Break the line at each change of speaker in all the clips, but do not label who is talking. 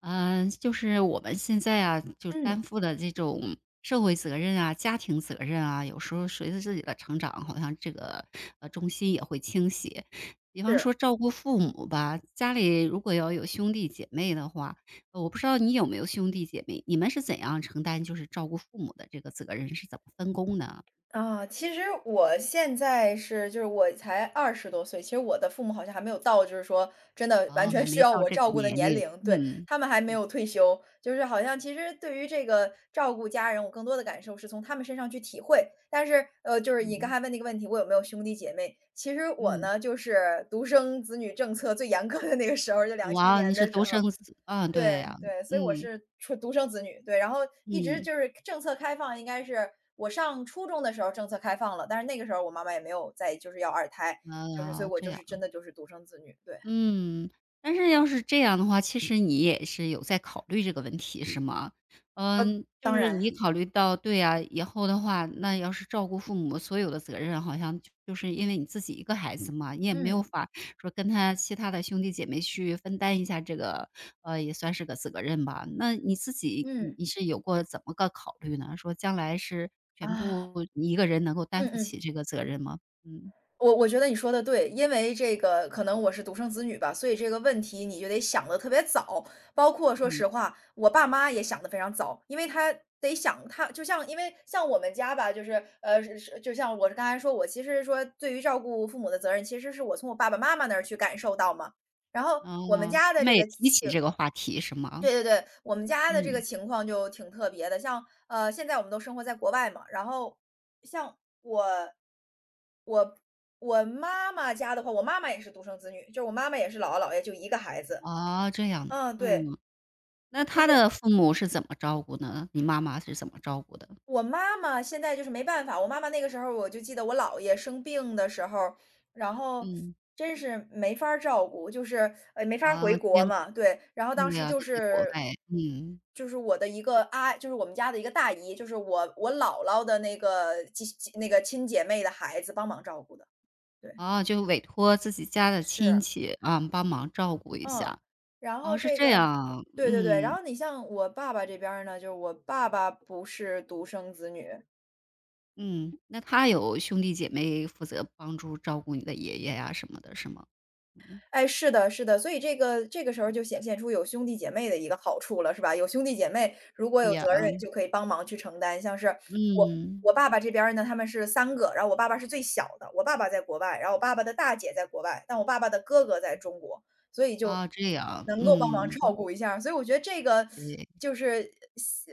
嗯，就是我们现在啊，就
嗯，
担负的这种社会责任啊、家庭责任啊，有时候随着自己的成长，好像这个重心也会倾斜。比方说
是。
照顾父母吧，家里如果要有兄弟姐妹的话，我不知道你有没有兄弟姐妹，你们是怎样承担就是照顾父母的这个责任，是怎么分工的？
其实我现在就是我才20多岁，其实我的父母好像还没有到就是说真的完
哦，
全
还
需
没
要
到
我
这
照
个
顾的
年
年
龄，
龄，对，
嗯
他们还没有退休。就是好像其实对于这个照顾家人，我更多的感受是从他们身上去体会。但是，就是你刚
嗯
才问那个问题，我有没有兄弟姐妹？其实我
嗯，
呢，就是独生子女政策最严格的那个时候，就两千
哇，
年
你是
的时
独
候。
生子，啊，对
对
呀，
对，所以我
嗯
是出独生子女，对，然后一直
嗯，
就是政策开放，应该是我上初中的时候政策开放了，但是那个时候我妈妈也没有再就是要二胎，就是所以
啊
我
这
就是
样。
真的就是独生子女，对，
嗯，但是要是这样的话，其实你也是有在考虑这个问题，是吗？
呃，
嗯，就
当
是
然，
你考虑到，对啊，以后的话，那要是照顾父母所有的责任，好像就是因为你自己一个孩子嘛，你也没有
嗯
法说跟他其他的兄弟姐妹去分担一下这个，也算是个责任吧。那你自己，你
嗯，
你是有过怎么个考虑呢？说将来是全
啊，
部你一个人能够
嗯
担负
嗯。
起这个责任吗？嗯
我觉得你说的对，因为这个可能我是独生子女吧，所以这个问题你就得想的特别早。包括说
嗯。
实话，我爸妈也想的非常早，因为他得想他就像因为像我们家吧，就是是就像我刚才说，我其实说对于照顾父母的责任，其实是我从我爸爸妈妈那儿去感受到嘛。然后我们
哦，
家的
他们
这
也
个
提起这个话题是吗？
对对对，我们家的这个
嗯，
情况就挺特别的，像现在我们都生活在国外嘛，然后像我，我我妈妈家的话，我妈妈也是独生子女，就是我妈妈也是姥姥姥爷就一个孩子，
哦，这样的，
嗯，对，
嗯，那
就
他
是
的父母是怎么照顾呢？你妈妈是怎么照顾的？
我妈妈现在就是没办法，我妈妈那个时候我就记得我姥爷生病的时候，然后
嗯，
真是没法儿照顾，就是没法儿回
啊，
国
监护
嘛，对，然后当
对
时
啊，
就
他在国
是
外，嗯，
就是我的一个就是我们家的一个大姨，就是我姥姥的那个那个亲姐妹的孩子帮忙照顾的，对，
哦，就委托自己家的
是，
亲戚，啊，帮忙照顾一
嗯，
下，
然后
哦，是
这个。
这样啊
对对对，然
嗯，
后你像我爸爸这边儿呢，就是我爸爸不是独生子女，
嗯，那他有兄弟姐妹负责帮助照顾你的爷爷呀什么的，是吗？嗯，
哎，是的，是的，所以这个时候就显现出有兄弟姐妹的一个好处了，是吧？有兄弟姐妹，如果
对
有
呀，
责任
嗯，
就可以帮忙去承担。像是我
嗯
我爸爸这边儿呢，他们是3个，然后我爸爸是最小的，我爸爸在国外，然后我爸爸的大姐在国外，但我爸爸的哥哥在中国，所以就
啊，这样，
能够帮忙
嗯，
照顾一下儿所以我觉得这个
对。
就是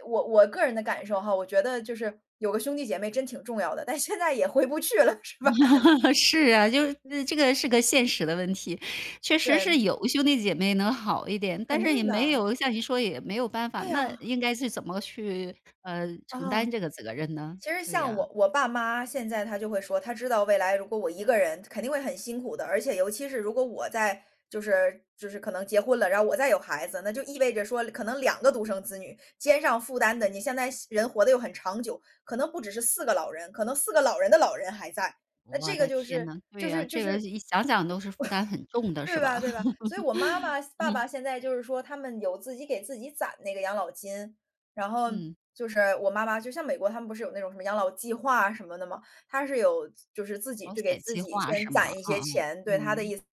我个人的感受哈，我觉得就是有个兄弟姐妹真挺重要的，但现在也回不去了，是吧？
是啊，就是
嗯
这个是个现实的问题，确实
对，
是有兄弟姐妹能好一点，但
肯
是也
定
没
的，
有像你说也没有办法，
对
那
呀，
应该是怎么去承
啊。
担这个责任呢？
其实
对
像
呀，
我爸妈现在他就会说，他知道未来如果我一个人肯定会很辛苦的，而且尤其是如果我在就是可能结婚了，然后我再有孩子，那就意味着说可能两个独生子女肩上负担的，你现在人活得又很长久，可能不只是四个老人，可能四个老人的老人还在，那
我
这个
的天呐，对
就
呀，
是就
这个
是
一想想都是负担很重的，
对
是
吧
吧？
对吧？所以我妈妈、爸
嗯
爸现在就是说他们有自己给自己攒那个养老金，然后
嗯，
就是我妈妈就像美国他们不是有那种什么养老计划什么的吗？他是有就是自己
保
就给
险
自
计
己
划
先
是吗？
攒一
啊
些
啊，
钱，对，他的
嗯
意思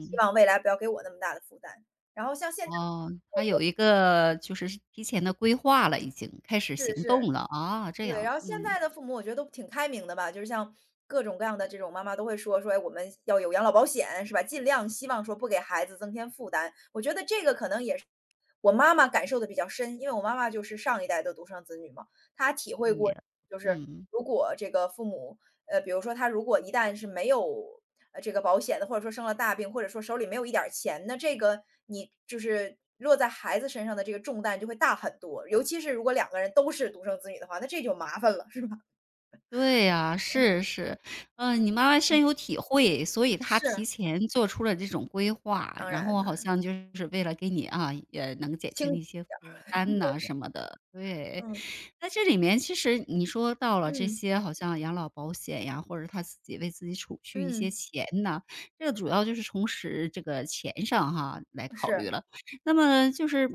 希望未来不要给我那么大的负担。然后像现在
哦，他有一个就是提前的规划了，已经开始
是
行动
是。
了啊，这
对，然
样，
后现
嗯，
在的父母我觉得都挺开明的吧，就是像各种各样的这种妈妈都会说说，哎，我们要有养老保险，是吧？尽量希望说不给孩子增添负担。我觉得这个可能也是我妈妈感受的比较深，因为我妈妈就是上一代的独生子女嘛，她体会
对
过，
呀，
就是
嗯。
如果这个父母比如说他如果一旦是没有，这个保险的，或者说生了大病，或者说手里没有一点儿钱，那这个你就是落在孩子身上的这个重担就会大很多。尤其是如果两个人都是独生子女的话，那这就麻烦了，是吧？
对呀，是是。嗯，你妈妈
嗯，
深有体会，所以她
是，
提前做出了这种规划，
当
然
然
后
当
好
然，
像就是为了给你啊，也能减
经
轻 一些负担呐什么的，对。
嗯，
那这里面其实你说到了这
嗯，
些，好像养老保险呀，或者他自己为自己储蓄一些
嗯，
钱呐，这个主要就是从实这个钱上哈来考虑
是，
了。那么就是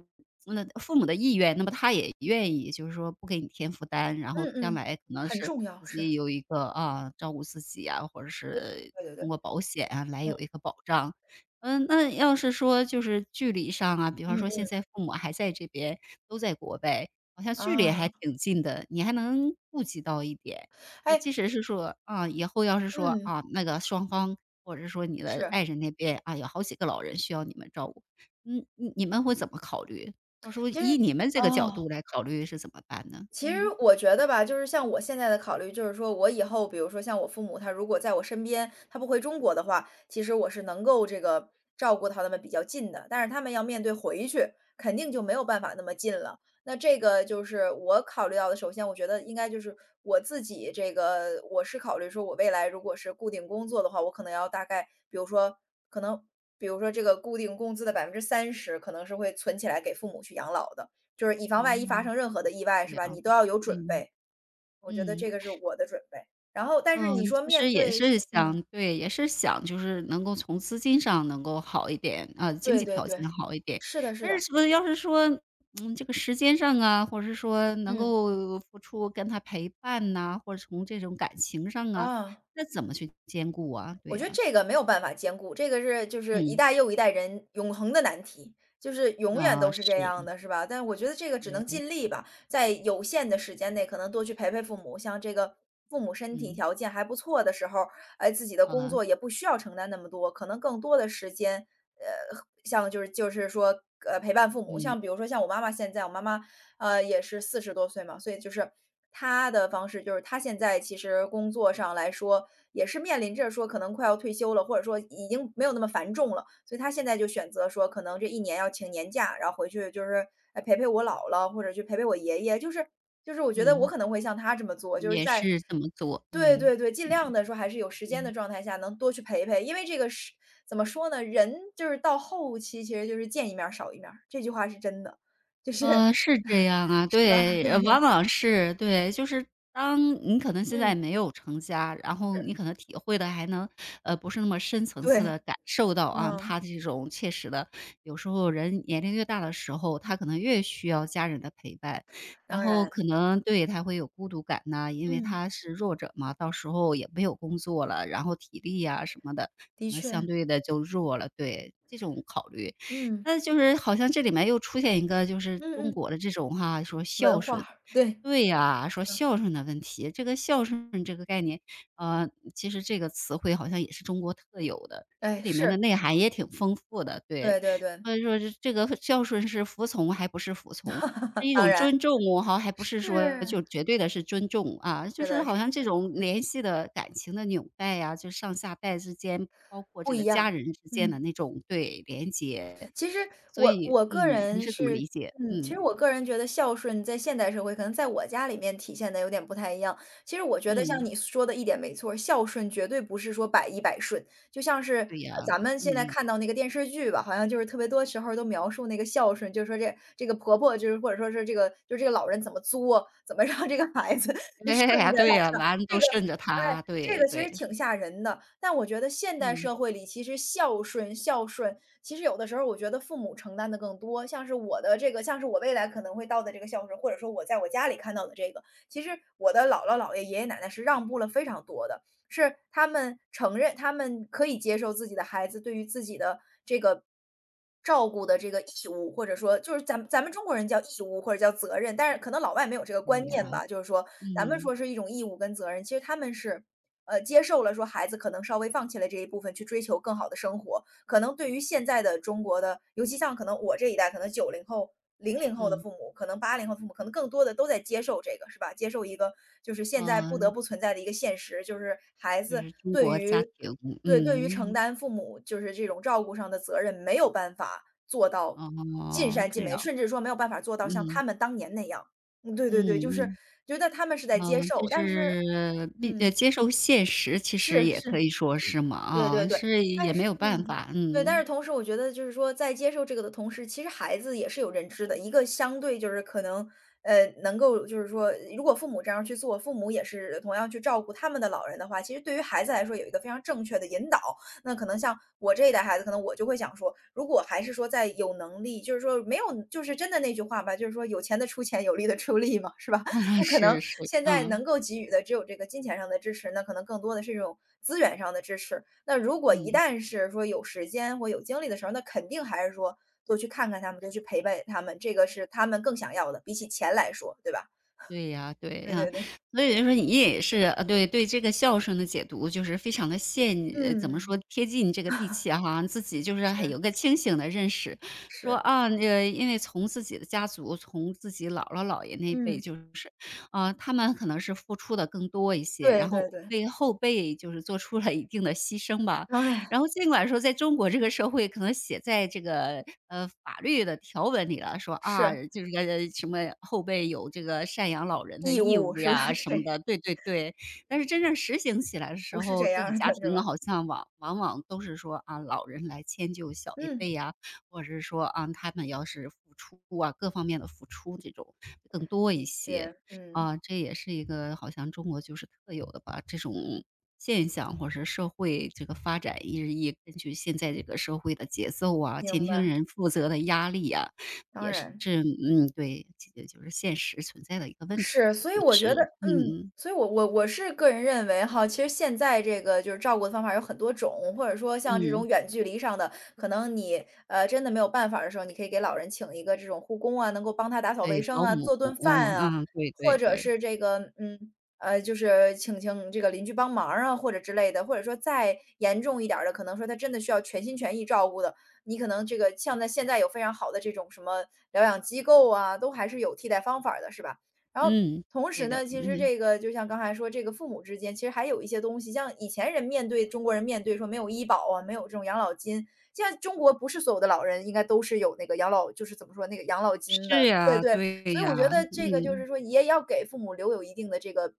那父母的意愿，那么他也愿意，就是说不给你添负担，然后
嗯
将
嗯，
来可能
很
是
重要，
自
是，
己有一个啊照顾自己啊，或者是
对对
通
对，
过保险啊来有一
嗯。
个保障。嗯，那要是说就是距离上啊，比方
嗯
说现
嗯。
在父母还在这边，都在国外，好像距离还
啊，
挺近的，你还能顾及到一点。
哎，
即使是说，啊，以后要是说，
嗯，
啊，那个双方或者说你的
是，
爱人那边，啊，有好几个老人需要你们照顾，嗯，你们会怎么考虑？到时候
其实
以你们这个角
哦。
度来考虑是怎么办呢？
其实
嗯，
我觉得吧，就是像我现在的考虑，就是说我以后，比如说像我父母，他如果在我身边，他不回中国的话，其实我是能够这个照顾到他们比较近的。但是他们要面对回去，肯定就没有办法那么近了。那这个就是我考虑到的，首先我觉得应该就是我自己这个，我是考虑说我未来如果是固定工作的话，我可能要大概，可能。比如说，这个固定工资的30%可能是会存起来给父母去养老的，就是以防万一
哦，
发生任何的意外，
这
是吧？你
样，
都要有准
嗯，
备，我觉得
嗯。
这个是我的准备。然后但是
嗯，
你
其
说面
实也
对说
是
嗯，
想对，也是想就是能够从资金上能够好一点，啊，经
对
济
对
条
对，
件好一点。
是的是
但
的，
是说要是说，嗯，这个时间上啊，或者是说能
嗯，
够付出跟他陪伴呐，或者从这种感情上啊，
啊。
那怎么去兼顾啊？对
我觉得
呀，
这个没有办法兼顾，这个是就是一
嗯，
代又一代人永恒的难题，就是永远
啊，
都是这样
是，
的，是吧？但我觉得这个只能
对，
尽力吧，在有限的时间内，可能多去陪陪父母，像这个父母身体
嗯，
条件还不错的时候，哎，自己的工
啊，
作也不需要承担那么多，可能更多的时间，呃，像就是说，陪伴父母。
嗯，
像比如说像我妈妈现在，我妈妈也是40多岁嘛，所以就是他的方式就是他现在其实工作上来说，也是面临着说可能快要退休了，或者说已经没有那么繁重了，所以他现在就选择说可能这一年要请年假，然后回去就是，哎，陪陪我姥姥，或者去陪陪我爷爷，就是我觉得我
嗯，
可能会像他这么做，就是
也
在
是这么做，
对
嗯，
对对，尽量的说还是有时间
嗯。
的状态下能多去陪陪，因为这个是怎么说呢，人就是到后期其实就是见一面儿少一面儿，这句话是真的，就是
是这样啊，
啊，
对，
对。
往往是，对，就是当你可能现
嗯，
在没有成家，然后你
是，
可能体会的还能，不是那么深层次的
对，
感受到啊，
嗯，
他这种切实的，有时候人年龄越大的时候，他可能越需要家人的陪伴，然
当
后
然，
可能对他会有孤独感呐、因为
嗯，
他是弱者嘛，到时候也没有工作了，然后体力呀、什么的，
的
可能相
确，
对的就弱了，对，这种考虑。
嗯，
那就是好像这里面又出现一个就是
嗯
中
嗯，
国的这种哈，说
文
孝顺，
化，对，
对呀，说
嗯，
孝顺的问题，这个孝顺这个概念，其实这个词汇好像也是中国特有的，
哎，
这里面的
是，
内涵也挺丰富的，对。
对对对，
所以说这个孝顺是服从还不是服从，是一
当
种
然，
尊重哦，哈，还不是说
是，
就绝对的是尊重，啊，就
是
是
的，是
好像这
的，
种联系的感情的纽带呀，就上下代之间，包括
不
这
一
个家
样，
人之间的
嗯。
那种对，连接。
其实
所
我
以
我个
嗯，你
人
是怎么
是
理解？
嗯，其实
嗯，
我个人觉得孝顺在现代社会，可能在我家里面体现的有点不太一样。其实我觉得像
嗯，
你说的一点没错儿孝顺绝对不是说百依百顺。就像是，
对呀，嗯
咱
嗯
们
对
现在
呀嗯
看到那个电视剧吧，好像就是特别多时候都描述那个孝顺，就是说这个婆婆就是或者说是这个就这个老人怎么作，怎么让这个孩子 就
哎
顺
呀，
着
对
她
呀，
是吧？
完了
这
都
个
顺着
哎
他，
这
对
个其实
对，
挺吓人的，但我觉得现代
嗯，
社会里其实孝顺孝顺，其实有的时候我觉得父母承担的更多。像是我未来可能会到的这个孝顺，或者说我在我家里看到的这个，其实我的姥姥姥爷、爷爷奶奶是让步了非常多的，是他们承认他们可以接受自己的孩子对于自己的这个照顾的这个义务，或者说就是咱们中国人叫义务或者叫责任，但是可能老外没有这个
对
观
呀，
念吧，就是说咱们
嗯，
说是一种义务跟责任，其实他们是接受了说孩子可能稍微放弃了这一部分，去追求更好的生活。可能对于现在的中国的，尤其像可能我这一代，可能90后、00后的
嗯，
父母，可能80后的父母，可能更多的都在接受这个，是吧？接受一个就是现在不得
嗯，
不存在的一个现实，就是孩
就
子
是中
对
国家
于
庭，
对，对于承
嗯，
担父母就是这种照顾上的责任，没有办法做到尽
哦，
善尽
这
美，
样，
甚至说没有办法做到像他
嗯，
们当年那样。嗯，对对对，就是
嗯，
觉得他们是在接
嗯，就
受，但是
是，
嗯，
接受现实其实
是
也可
是。
以说是嘛，
对对
啊，
对，
是也
但是
没有办
嗯，
法，
对，但是
嗯，
同时我觉得就是说，在接受这个的同时，其实孩子也是有认知的。一个相对就是可能，能够就是说，如果父母这样去做，父母也是同样去照顾他们的老人的话，其实对于孩子来说有一个非常正确的引导。那可能像我这一代孩子，可能我就会想说，如果还是说在有能力，就是说没有，就是真的那句话吧，就是说有钱的出钱，有力的出力嘛，是吧？就可能
是是，
现在
嗯，
能够给予的只有这个金钱上的支持，那可能更多的是这种资源上的支持。那如果一
嗯。
旦是说有时间或有精力的时候，那肯定还是说多去看看他们，多去陪陪他们，这个是他们更想要的，比起钱来说，对吧？
对呀，对
对
呀，
对对。
所以就说你也是，对对这个孝顺的解读就是非常的，怎么
嗯，
说，贴近这个地气 哈，自己就是还有
是
个清醒的认识，说
是，
啊，因为从自己的家族，从自己姥姥姥爷那一辈
嗯，
就是，啊，他们可能是付出的更多一些，
对
然
对
后
对，
为后辈就是做出了一定的牺牲吧。
当然，
然后尽管说在中国这个社会可能写在这个，法律的条文里了，说，
是，
啊，这个什么后辈有这个赡养老人的
义
义
务
务
是吧？
呀 什么
对，
的，对对对。但是真正实行起来的时
不是
候，
这样
各个
儿
家
的是
庭呢
吧？
好像往往都是说，啊，老人来迁就小一
嗯，
辈呀，或者是说，啊，他们要是付出啊，各方面的付出这种更多
的
一些。
确，嗯，
啊，这也是一个好像中国就是特有的吧，这种现象或者是社会这个发展日益根据现在这个社会的节奏啊，
明
前厅
白，
人负责的压力啊，
当
也是
然。
嗯，对，这个就是现实存在的一个问题
是，
吧，
所以
其
我觉得
实，
嗯，
嗯
所以我是个人认为哈，其实现在这个就是照顾的方法有很多种，或者说像这种
嗯，
远距离上的，可能你，真的没有办法的时候，你可以给老人请一个这种护工啊，能够帮他打扫卫
对，
生
保
啊，
姆，
做顿饭啊，
嗯，对
或
对
者
对，
是这个，嗯，就是请这个邻居帮忙啊，或者之类的。或者说再严重一点儿的，可能说他真的需要全心全意照顾的，你可能这个像在现在有非常好的这种什么疗养机构啊，都还是有替代方法儿的，是吧？然后
嗯，
同
对
时
的，
呢，其实
嗯，
这个就像刚才说，这个父母之间其实还有一些东西，像以前人面对中国人面对说没有医保啊，没有这种养老金，现在中国不是所有的老人应该都是有那个养老，就是怎么说那个养老金
是
的，对
呀，
对，
对
所以我觉
呀，
得这个就
嗯，
是说也要给父母留有一定的这个。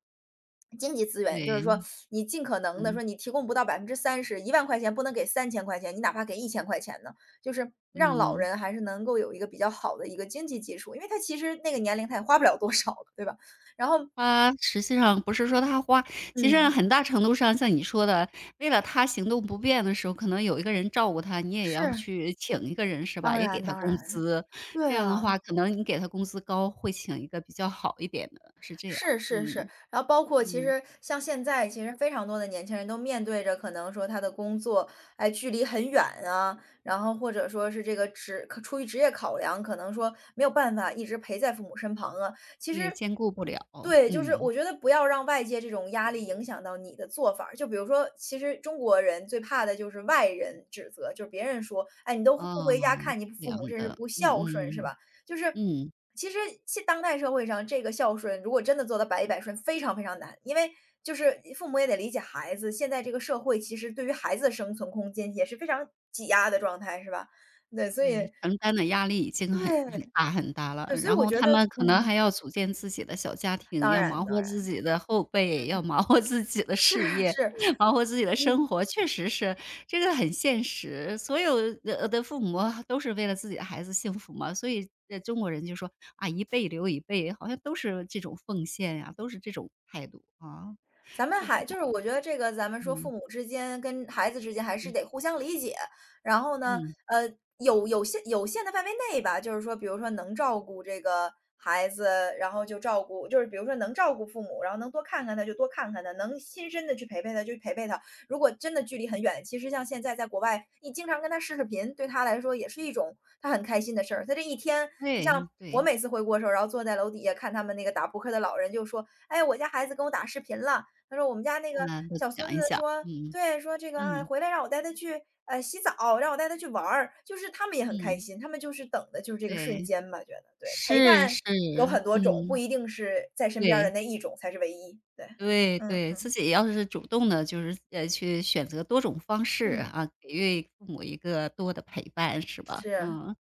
经济资源就是
对，
说，你尽可能的说，
嗯
你提供不到30%，10000块钱不能给3000块钱，你哪怕给1000块钱呢？就是让老
嗯。
人还是能够有一个比较好的一个经济基础，因为他其实那个年龄他也花不了多少了，对吧？然后
他实际上不是说他花，其实啊
嗯，
很大程度上像你说的，为了他行动不便的时候，可能有一个人照顾他，你也要
是，
去请一个人是吧？
当
也给
然
他
当
工
然，
资，
对
这样的
啊。
话，可能你给他工资高，会请一个比较好一点的，是这样。
是是是，
嗯
然后包括其
嗯，
实像现在，其实非常多的年轻人都面对着可能说他的工作，哎，距离很远啊，然后或者说是这个职，可出于职业考量，可能说没有办法一直陪在父母身旁啊。其实，
对，兼顾不了，
对，就是
嗯，
我觉得不要让外界这种压力影响到你的做法儿。就比如说，其实中国人最怕的就是外人指责，就是别人说，哎，你都不回家
啊，
看你
这
父
样
母，真是
的，
不孝顺，是
嗯嗯
吧？就是
嗯。
其实现当代社会上，这个孝顺如果真的做到百依百顺，非常非常难，因为就是父母也得理解孩子。现在这个社会其实对于孩子的生存空间也是非常挤压的状态，是吧？对，所以
对，承担的压力已经很
对，
大很大了，
对，所以
然
我
后
觉
他
得
们可能
嗯，
还要组建自己的小家庭，
当
要
然
忙
当
活自
然，
己的后辈，要忙活自己的
是
事业，
是，
忙活自己的
嗯。
生活，确实是这个很现实。所有的的父母啊都是为了自己的孩子幸福嘛，所以中国人就说啊一辈留一辈，好像都是这种奉献呀、都是这种态度啊，
咱们
是这
还就是
样。
我觉得这个咱们说父
嗯
母之间跟孩子之间还是
嗯
得互相理解，然后呢，
嗯，
呃，有限的范围内吧，就是说，比如说能照顾这个孩子，然后就照顾，就是比如说能照顾父母，然后能多看看他就多看看他，能亲身的去陪陪他就陪陪他。如果真的距离很远，其实像现在在国外，你经常跟他视频，对他来说也是一种他很开心的事儿。他这一天就像。
对
我
对，
每次回国的时候，然后坐在楼底下看他们那个打扑克的老人，就说：“哎，我家孩子跟我打视频了。”他说我们家那个
嗯，都
小孙
讲一
子
讲，
说，
嗯
对，说这个啊，
嗯
回来让我带他去洗澡，让我带他去玩儿，就是他们也很开
嗯，
心，他们就是等的就是这个瞬
对。
间嘛，觉得对，陪
是
伴
是，
有很多种，不
嗯，
一定是在身边儿的
对
那一种才是唯一，对，
对
嗯
对，自己要是主动的，就是，去选择多种方式
嗯，
啊，给予父母一个多的陪伴是吧？
是，
嗯，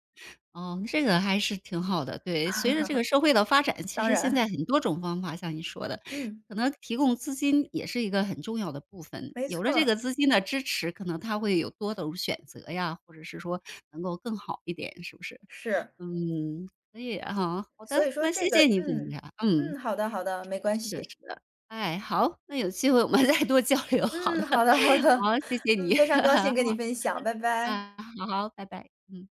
哦，这个还是挺好的。对，随着 这个社会的发展，其
当
实现
然，
在很多种方法，像你说的，
嗯，
可能提供资金也是一个很重要的部分。
没
有
错
了
儿，
这个资金的支持，可能他会有多种选择呀，或者是说能够更好一点，是不是？
是，
嗯，可以啊哈，好
所以
的，
说
那
这
谢
个，
谢你分
嗯
享，嗯。
嗯，好的好的，没关
是的
系，
是的，哎，好，那有机会我们 再多交流，好的，
嗯，好的好 的，
好，谢 谢你，
嗯，非常 高兴跟你分享，拜拜。
啊，好，拜拜，嗯。